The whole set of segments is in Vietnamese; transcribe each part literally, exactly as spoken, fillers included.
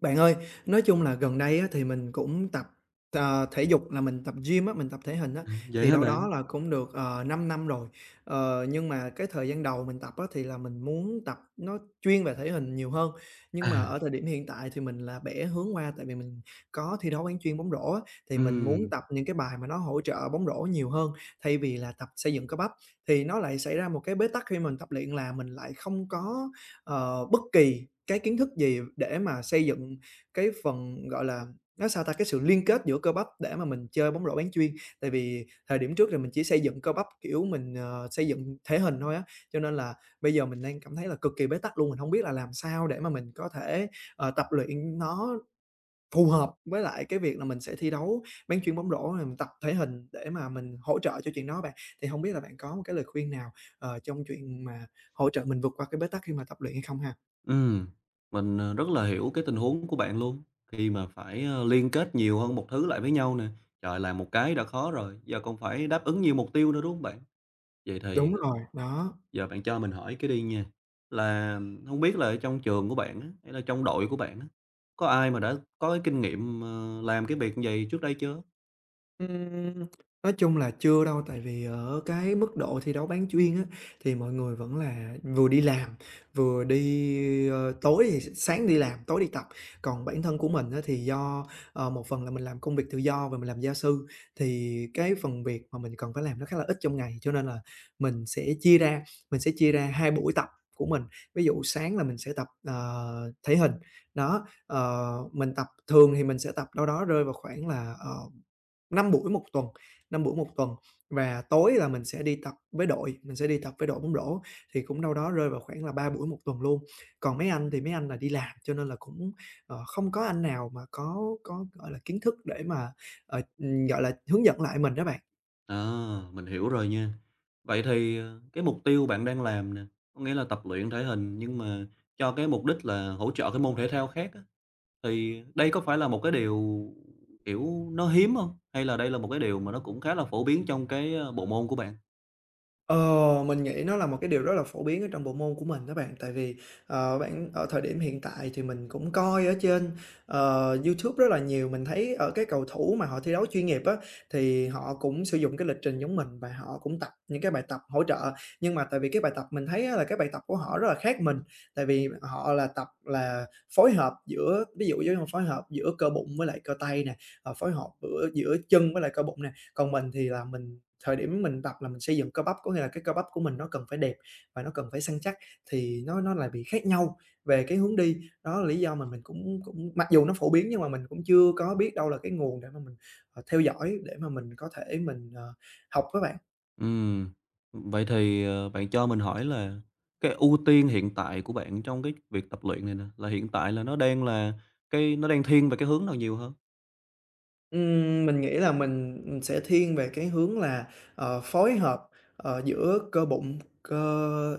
Bạn ơi, nói chung là gần đây á, thì mình cũng tập, ờ, thể dục là mình tập gym á, mình tập thể hình á, À, vậy thì hả đâu đó bạn? là cũng được, ờ, 5 năm rồi. Ờ, nhưng mà cái thời gian đầu mình tập á, thì là mình muốn tập nó chuyên về thể hình nhiều hơn, nhưng À, mà ở thời điểm hiện tại thì mình là bẻ hướng qua tại vì mình có thi đấu bán chuyên bóng rổ á, thì mình muốn ừm, tập những cái bài mà nó hỗ trợ bóng rổ nhiều hơn thay vì là tập xây dựng cơ bắp. Thì nó lại xảy ra một cái bế tắc khi mình tập luyện là mình lại không có ờ, bất kỳ cái kiến thức gì để mà xây dựng cái phần, gọi là, nói sao ta, cái sự liên kết giữa cơ bắp để mà mình chơi bóng rổ bán chuyên. Tại vì thời điểm trước thì mình chỉ xây dựng cơ bắp, kiểu, mình, ờ, xây dựng thể hình thôi á, cho nên là bây giờ mình đang cảm thấy là cực kỳ bế tắc luôn, mình không biết là làm sao để mà mình có thể, ờ, tập luyện nó phù hợp với lại cái việc là mình sẽ thi đấu bán chuyên bóng rổ, rồi mình tập thể hình để mà mình hỗ trợ cho chuyện đó bạn. Thì không biết là bạn có một cái lời khuyên nào, ờ, trong chuyện mà hỗ trợ mình vượt qua cái bế tắc khi mà tập luyện hay không ha? ừm, mình, ờ, rất là hiểu cái tình huống của bạn luôn, khi mà phải, ơ, liên kết nhiều hơn một thứ lại với nhau nè. Trời, làm một cái đã khó rồi, giờ còn phải đáp ứng nhiều mục tiêu nữa, đúng không bạn? Vậy thì, Đúng ờ, rồi, đó. giờ bạn cho mình hỏi cái đi nha, là không biết là ở trong trường của bạn á, hay là trong đội của bạn á, có ai mà đã có cái kinh nghiệm, ờ, làm cái việc như vậy trước đây chưa? Ừm, nói chung là chưa đâu, tại vì ở cái mức độ thi đấu bán chuyên á, thì mọi người vẫn là vừa đi làm, vừa đi, ơ, tối thì s sáng đi làm, tối đi tập. Còn bản thân của mình á, thì do, ờ, một phần là mình làm công việc tự do và mình làm gia sư, thì cái phần việc mà mình cần phải làm nó khá là ít trong ngày, cho nên là mình sẽ chia ra, mình sẽ chia ra hai buổi tập của mình. Ví dụ sáng là mình sẽ tập, ờ, thể hình, đó, ờ, mình tập thường thì mình sẽ tập đâu đó rơi vào khoảng là, ờ năm buổi một tuần, năm buổi một tuần và tối là mình sẽ đi tập với đội, mình sẽ đi tập với đội bóng rổ thì cũng đâu đó rơi vào khoảng là ba buổi một tuần luôn. Còn mấy anh thì mấy anh là đi làm cho nên là cũng, ờ, không có anh nào mà có có, gọi là, kiến thức để mà, ờ, ừm, gọi là, hướng dẫn lại mình đó bạn. À, mình hiểu rồi nha. Vậy thì, ờ, cái mục tiêu bạn đang làm nè, có nghĩa là tập luyện thể hình nhưng mà cho cái mục đích là hỗ trợ cái môn thể thao khác á, thì đây có phải là một cái điều, kiểu, nó hiếm không? Hay là đây là một cái điều mà nó cũng khá là phổ biến trong cái, ơ, bộ môn của bạn? Ờ, mình nghĩ nó là một cái điều rất là phổ biến ở trong bộ môn của mình đó bạn. Tại vì, ờ, bạn ở thời điểm hiện tại thì mình cũng coi ở trên, ờ, YouTube rất là nhiều, mình thấy ở cái cầu thủ mà họ thi đấu chuyên nghiệp á, thì họ cũng sử dụng cái lịch trình giống mình và họ cũng tập những cái bài tập hỗ trợ. Nhưng mà tại vì cái bài tập mình thấy á là cái bài tập của họ rất là khác mình, tại vì họ là tập là phối hợp giữa ví dụ giống như phối hợp giữa cơ bụng với lại cơ tay nè, ờ, phối hợp bữa giữa chân với lại cơ bụng nè. Còn mình thì là mình thời điểm mình tập là mình xây dựng cơ bắp, có nghĩa là cái cơ bắp của mình nó cần phải đẹp và nó cần phải săn chắc, thì nó nó lại bị khác nhau về cái hướng đi. Đó là lý do mà mình cũng cũng mặc dù nó phổ biến nhưng mà mình cũng chưa có biết đâu là cái nguồn để mà mình, ờ, theo dõi để mà mình có thể mình, ờ, học á bạn. Ừm, vậy thì, ờ, bạn cho mình hỏi là cái ưu tiên hiện tại của bạn trong cái việc tập luyện này nè, là hiện tại là nó đang là cái nó đang thiên về cái hướng nào nhiều hơn? Ừm, mình nghĩ là mình, ừm, sẽ thiên về cái hướng là, ờ, phối hợp, ờ, giữa cơ bụng, cơ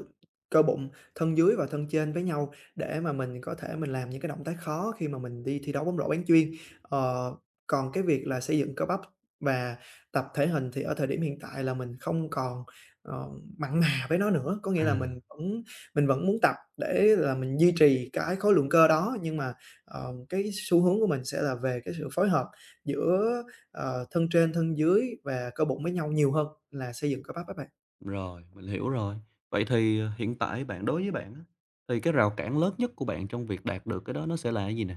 cơ bụng, thân dưới và thân trên với nhau để mà mình có thể mình làm những cái động tác khó khi mà mình đi thi đấu bóng rổ bán chuyên. Ờ, Còn cái việc là xây dựng cơ bắp và tập thể hình thì ở thời điểm hiện tại là mình không còn, ờ, mặn mà với nó nữa, có nghĩa À. là mình vẫn mình vẫn muốn tập để là mình duy trì cái khối lượng cơ đó, nhưng mà, ờ, cái xu hướng của mình sẽ là về cái sự phối hợp giữa, ờ, thân trên, thân dưới và cơ bụng với nhau nhiều hơn là xây dựng cơ bắp các bạn. Rồi, mình hiểu rồi. Vậy thì, ờ, hiện tại bạn đối với bạn á, thì cái rào cản lớn nhất của bạn trong việc đạt được cái đó nó sẽ là cái gì nè?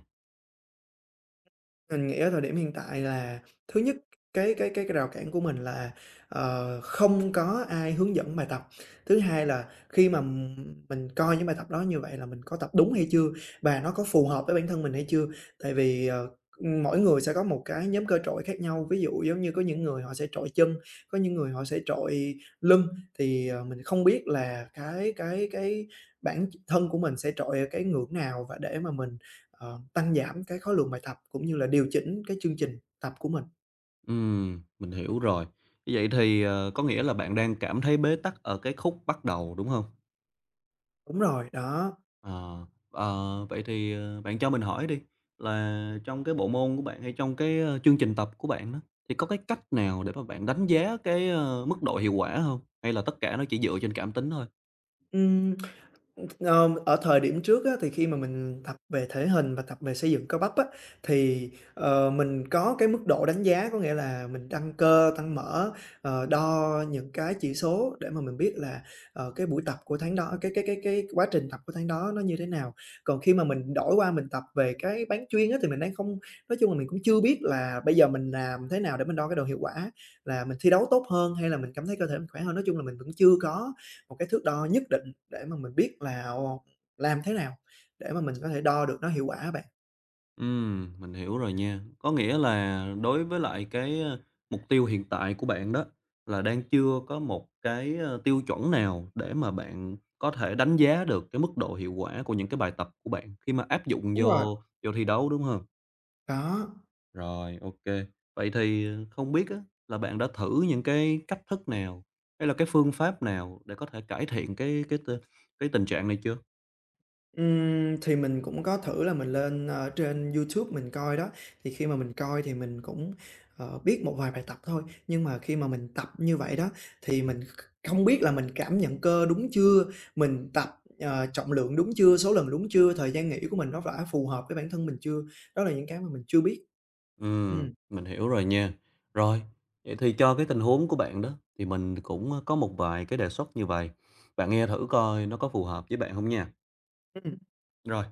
Mình nghĩ ở thời điểm hiện tại là thứ nhất, cái cái cái cái rào cản của mình là, ờ, không có ai hướng dẫn bài tập. Thứ hai là khi mà m- mình coi những bài tập đó như vậy là mình có tập đúng hay chưa và nó có phù hợp với bản thân mình hay chưa. Tại vì, ờ, mỗi người sẽ có một cái nhóm cơ trội khác nhau, ví dụ giống như có những người họ sẽ trội chân, có những người họ sẽ trội lưng, thì, ờ, mình không biết là cái cái cái bản thân của mình sẽ trội ở cái ngưỡng nào và để mà mình Ờ, tăng giảm cái khối lượng bài tập cũng như là điều chỉnh cái chương trình tập của mình. Ừm, mình hiểu rồi. Như vậy thì, ờ, có nghĩa là bạn đang cảm thấy bế tắc ở cái khúc bắt đầu, đúng không? Đúng rồi, đó. Ờ, ờ, vậy thì, ờ, bạn cho mình hỏi đi, là trong cái bộ môn của bạn hay trong cái, ơ, chương trình tập của bạn đó, thì có cái cách nào để mà bạn đánh giá cái, ơ, mức độ hiệu quả không? Hay là tất cả nó chỉ dựa trên cảm tính thôi? Ừm, ờ, Ở thời điểm trước á, thì khi mà mình tập về thể hình và tập về xây dựng cơ bắp á, thì, ờ, mình có cái mức độ đánh giá, có nghĩa là mình tăng cơ, tăng mỡ, ờ, đo những cái chỉ số để mà mình biết là, ờ, cái buổi tập của tháng đó cái cái cái cái quá trình tập của tháng đó nó như thế nào. Còn khi mà mình đổi qua mình tập về cái bán chuyên á, thì mình đang không, nói chung là mình cũng chưa biết là bây giờ mình làm thế nào để mình đo cái độ hiệu quả, là mình thi đấu tốt hơn hay là mình cảm thấy cơ thể mình khỏe hơn. Nói chung là mình vẫn chưa có một cái thước đo nhất định để mà mình biết là làm thế nào để mà mình có thể đo được nó hiệu quả á bạn. Ừm, mình hiểu rồi nha. Có nghĩa là đối với lại cái, ơ, mục tiêu hiện tại của bạn đó, là đang chưa có một cái, ơ, tiêu chuẩn nào để mà bạn có thể đánh giá được cái mức độ hiệu quả của những cái bài tập của bạn khi mà áp dụng Đúng rồi, vô vô thi đấu, đúng không? có. Rồi, ok. Vậy thì, ờ, không biết á là bạn đã thử những cái cách thức nào, hay là cái phương pháp nào để có thể cải thiện cái cái t cái tình trạng này chưa? Ừm, thì mình cũng có thử là mình lên, ơ, trên YouTube mình coi đó, thì khi mà mình coi thì mình cũng, ờ, biết một vài bài tập thôi, nhưng mà khi mà mình tập như vậy đó thì mình kh không biết là mình cảm nhận cơ đúng chưa, mình tập, ờ, trọng lượng đúng chưa, số lần đúng chưa, thời gian nghỉ của mình nó đã phù hợp với bản thân mình chưa. Đó là những cái mà mình chưa biết. Ừm, Ừm, mình hiểu rồi nha. Rồi, vậy thì cho cái tình huống của bạn đó, thì mình cũng có một vài cái đề xuất như vậy, bạn nghe thử coi nó có phù hợp với bạn không nha. ừm, Rồi.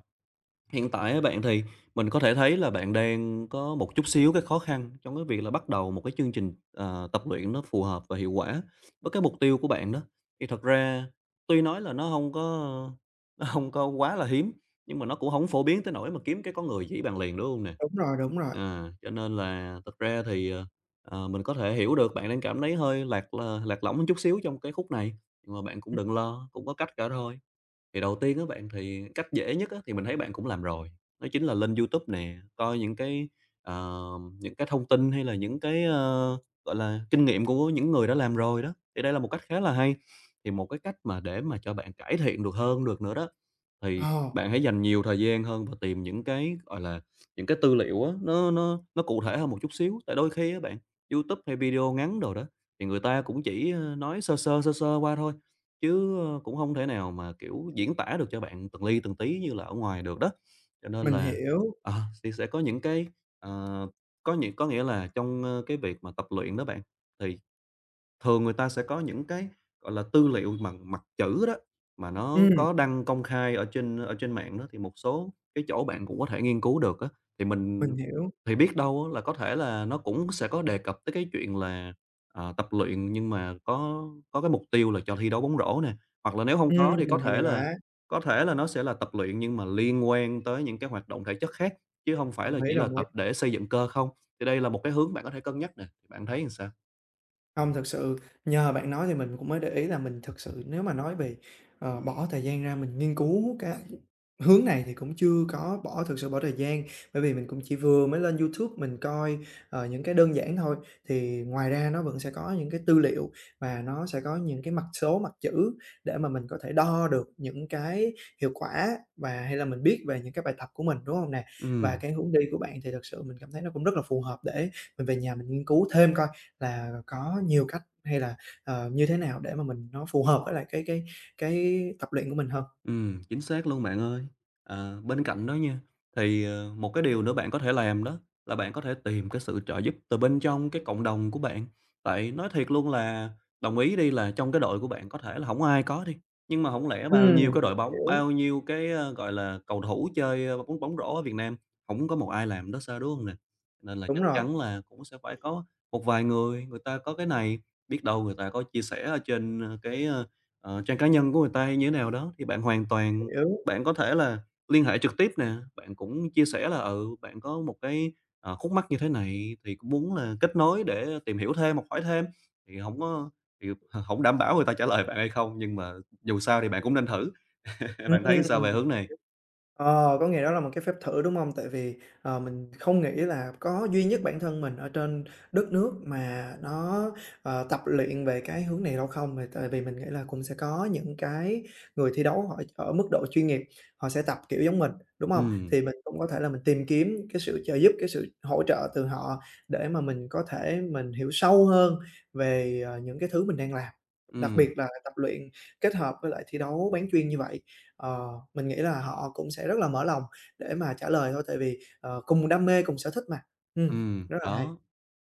Hiện tại á bạn, thì mình có thể thấy là bạn đang có một chút xíu cái khó khăn trong cái việc là bắt đầu một cái chương trình, ờ, tập luyện nó phù hợp và hiệu quả với cái mục tiêu của bạn đó. Thì thật ra tuy nói là nó không có nó hông có quá là hiếm, nhưng mà nó cũng không phổ biến tới nỗi mà kiếm cái con người chỉ bạn liền, đúng không nè? đúng rồi, đúng rồi. À, cho nên là thật ra thì, ờ, ờ, mình có thể hiểu được bạn đang cảm thấy hơi lạc là lạc lõng một chút xíu trong cái khúc này, nhưng mà bạn cũng Ừm, đừng lo, cũng có cách cả thôi. Thì đầu tiên á bạn, thì cách dễ nhất á, thì mình thấy bạn cũng làm rồi, đó chính là lên YouTube nè, coi những cái, ờ, những cái thông tin hay là những cái, ơ, gọi là, kinh nghiệm của những người đã làm rồi đó, thì đây là một cách khá là hay. Thì một cái cách mà để mà cho bạn cải thiện được hơn được nữa đó, thì ờ, bạn hãy dành nhiều thời gian hơn và tìm những cái, gọi là, những cái tư liệu á, nó nó nó cụ thể hơn một chút xíu. Tại đôi khi á bạn, YouTube hay video ngắn đồ đó, thì người ta cũng chỉ, ơ, nói sơ sơ, sơ sơ qua thôi, chứ, ơ, cũng không thể nào mà, kiểu, diễn tả được cho bạn từng ly từng tí như là ở ngoài được đó. Cho nên mình là, hiểu. ờ, thì sẽ có những cái, ờ, có những có nghĩa là trong, ơ, cái việc mà tập luyện đó bạn, thì thường người ta sẽ có những cái, gọi là, tư liệu bằng mặt chữ đó, mà nó Ừm, có đăng công khai ở trên ở trên mạng đó, thì một số cái chỗ bạn cũng có thể nghiên cứu được á. Thì mình mình hiểu. thì biết đâu á là có thể là nó cũng sẽ có đề cập tới cái chuyện là, ờ, tập luyện nhưng mà có có cái mục tiêu là cho thi đấu bóng rổ nè, hoặc là nếu không có thì Ừm, có hay thể là quá, có thể là nó sẽ là tập luyện nhưng mà liên quan tới những cái hoạt động thể chất khác, chứ không phải là đồng ý, chỉ là đồng ý. tập để xây dựng cơ không. Thì đây là một cái hướng bạn có thể cân nhắc nè, thì bạn thấy làm sao? Không thực sự, nhờ bạn nói thì mình cũng mới để ý là mình thực sự nếu mà nói về, ờ, bỏ thời gian ra mình nghiên cứu cái hướng này thì cũng chưa có bỏ thực sự bỏ thời gian, bởi vì mình cũng chỉ vừa mới lên YouTube mình coi, ờ, những cái đơn giản thôi. Thì ngoài ra nó vẫn sẽ có những cái tư liệu và nó sẽ có những cái mặt số, mặt chữ để mà mình có thể đo được những cái hiệu quả và hay là mình biết về những cái bài tập của mình, đúng không nè? Và Ừm. cái hướng đi của bạn thì thực sự mình cảm thấy nó cũng rất là phù hợp để mình về nhà mình nghiên cứu thêm coi là có nhiều cách hay là, ờ, như thế nào để mà mình nó phù hợp với lại cái cái cái tập luyện của mình hơn? Ừm, chính xác luôn bạn ơi. Ờ, bên cạnh đó nha, thì, ờ, một cái điều nữa bạn có thể làm đó là bạn có thể tìm cái sự trợ giúp từ bên trong cái cộng đồng của bạn. Tại nói thiệt luôn là đồng ý đi là trong cái đội của bạn có thể là không ai có đi, nhưng mà không lẽ bao Ừm, nhiêu cái đội bóng, hiểu, bao nhiêu cái, a, gọi là, cầu thủ chơi, ơ, bóng bóng rổ ở Việt Nam, không có một ai làm đó sao, đúng hông nè? Nên là đúng chắc rồi, chắn là cũng sẽ phải có một vài người, người ta có cái này, biết đâu người ta có chia sẻ ở trên, ơ, cái, ờ, ờ, trang cá nhân của người ta hay như thế nào đó, thì bạn hoàn toàn hiểu, bạn có thể là liên hệ trực tiếp nè, bạn cũng chia sẻ là, ừ, bạn có một cái, ờ, khúc mắc như thế này thì cũng muốn là kết nối để tìm hiểu thêm, hoặc hỏi thêm, thì không có thì không đảm bảo người ta trả lời bạn hay không, nhưng mà dù sao thì bạn cũng nên thử, bạn thấy sao về ừm. hướng này? Ờ, có nghĩa đó là một cái phép thử, đúng không? Tại vì, ờ, mình không nghĩ là có duy nhất bản thân mình ở trên đất nước mà nó, ờ, tập luyện về cái hướng này đâu không, mà tại vì mình nghĩ là cũng sẽ có những cái người thi đấu họ ở mức độ chuyên nghiệp, họ sẽ tập kiểu giống mình, đúng không? Ừm, Thì mình cũng có thể là mình tìm kiếm cái sự trợ giúp, cái sự hỗ trợ từ họ để mà mình có thể mình hiểu sâu hơn về, ờ, những cái thứ mình đang làm, đặc ừm, biệt là tập luyện kết hợp với lại thi đấu bán chuyên như vậy. Ờ, mình nghĩ là họ cũng sẽ rất là mở lòng để mà trả lời thôi, tại vì, ờ, cùng đam mê, cùng sở thích mà. Ừm, ừm, rất là hay, đó.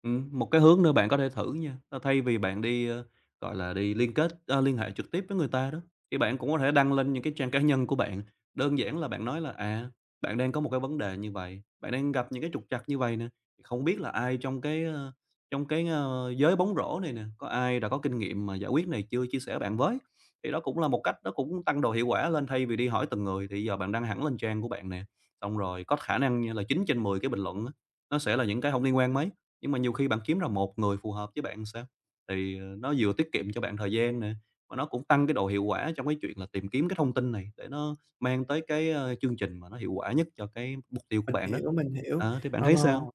Ừm, một cái hướng nữa bạn có thể thử nha, ơ, thay vì bạn đi, ơ, gọi là, đi liên kết ơ, liên hệ trực tiếp với người ta đó, thì bạn cũng có thể đăng lên những cái trang cá nhân của bạn. Đơn giản là bạn nói là, à, bạn đang có một cái vấn đề như vậy, bạn đang gặp những cái trục trặc như vậy nè, thì không biết là ai trong cái, ơ, trong cái, ơ, giới bóng rổ này nè, có ai đã có kinh nghiệm mà giải quyết này chưa, chia sẻ bạn với. Thì đó cũng là một cách nó cũng tăng độ hiệu quả lên, thay vì đi hỏi từng người thì giờ bạn đăng hẳn lên trang của bạn nè, xong rồi có khả năng nha là chín trên mười cái bình luận á, nó sẽ là những cái không liên quan mấy. Nhưng mà nhiều khi bạn kiếm ra một người phù hợp với bạn sao? Thì, ờ, nó vừa tiết kiệm cho bạn thời gian nè, mà nó cũng tăng cái độ hiệu quả trong cái chuyện là tìm kiếm cái thông tin này để nó mang tới cái, ơ, chương trình mà nó hiệu quả nhất cho cái mục tiêu của mình bạn đó. hiểu, mình hiểu. Ờ, thì bạn Ờ. thấy sao?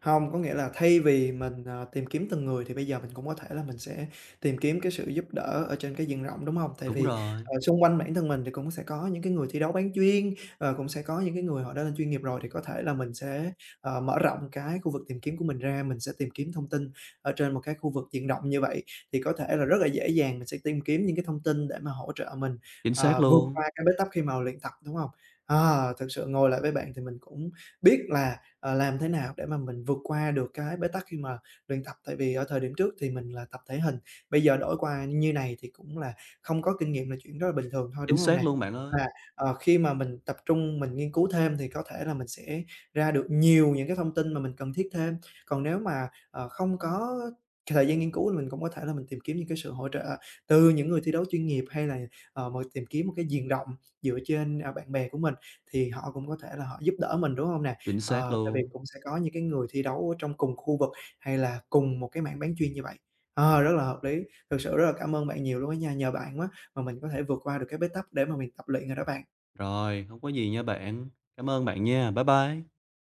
không có nghĩa là thay vì mình, ờ, tìm kiếm từng người thì bây giờ mình cũng có thể là mình sẽ tìm kiếm cái sự giúp đỡ ở trên cái diện rộng, đúng không? Tại Đúng vì, rồi, ờ, xung quanh bản thân mình thì cũng sẽ có những cái người thi đấu bán chuyên, ờ, cũng sẽ có những cái người họ đã lên chuyên nghiệp rồi, thì có thể là mình sẽ, ờ, mở rộng cái khu vực tìm kiếm của mình ra, mình sẽ tìm kiếm thông tin ở trên một cái khu vực diện rộng như vậy, thì có thể là rất là dễ dàng mình sẽ tìm kiếm những cái thông tin để mà hỗ trợ mình, chính xác ờ, vượt luôn, qua cái bế tắc khi mà luyện tập, đúng không? À, thực sự ngồi lại với bạn thì mình cũng biết là ờ, làm thế nào để mà mình vượt qua được cái bế tắc khi mà luyện tập. Tại vì ở thời điểm trước thì mình là tập thể hình, bây giờ đổi qua như này thì cũng là không có kinh nghiệm là chuyện rất là bình thường thôi, chính đúng hông xác nè? luôn bạn ơi, Và, ờ, khi mà mình tập trung mình nghiên cứu thêm thì có thể là mình sẽ ra được nhiều những cái thông tin mà mình cần thiết thêm. Còn nếu mà, ờ, không có thời gian nghiên cứu thì mình cũng có thể là mình tìm kiếm những cái sự hỗ trợ từ những người thi đấu chuyên nghiệp, hay là, ờ, mình tìm kiếm một cái diện rộng dựa trên, à, bạn bè của mình thì họ cũng có thể là họ giúp đỡ mình, đúng hông nè? chính xác Ờ, tại vì luôn. cũng sẽ có những cái người thi đấu ở trong cùng khu vực hay là cùng một cái mảng bán chuyên như vậy. Ờ, rất là hợp lý, thực sự rất là cảm ơn bạn nhiều luôn á nha, nhờ bạn á mà mình có thể vượt qua được cái bế tắc để mà mình tập luyện rồi đó bạn. Rồi, không có gì nha bạn. Cảm ơn bạn nha, bye bye.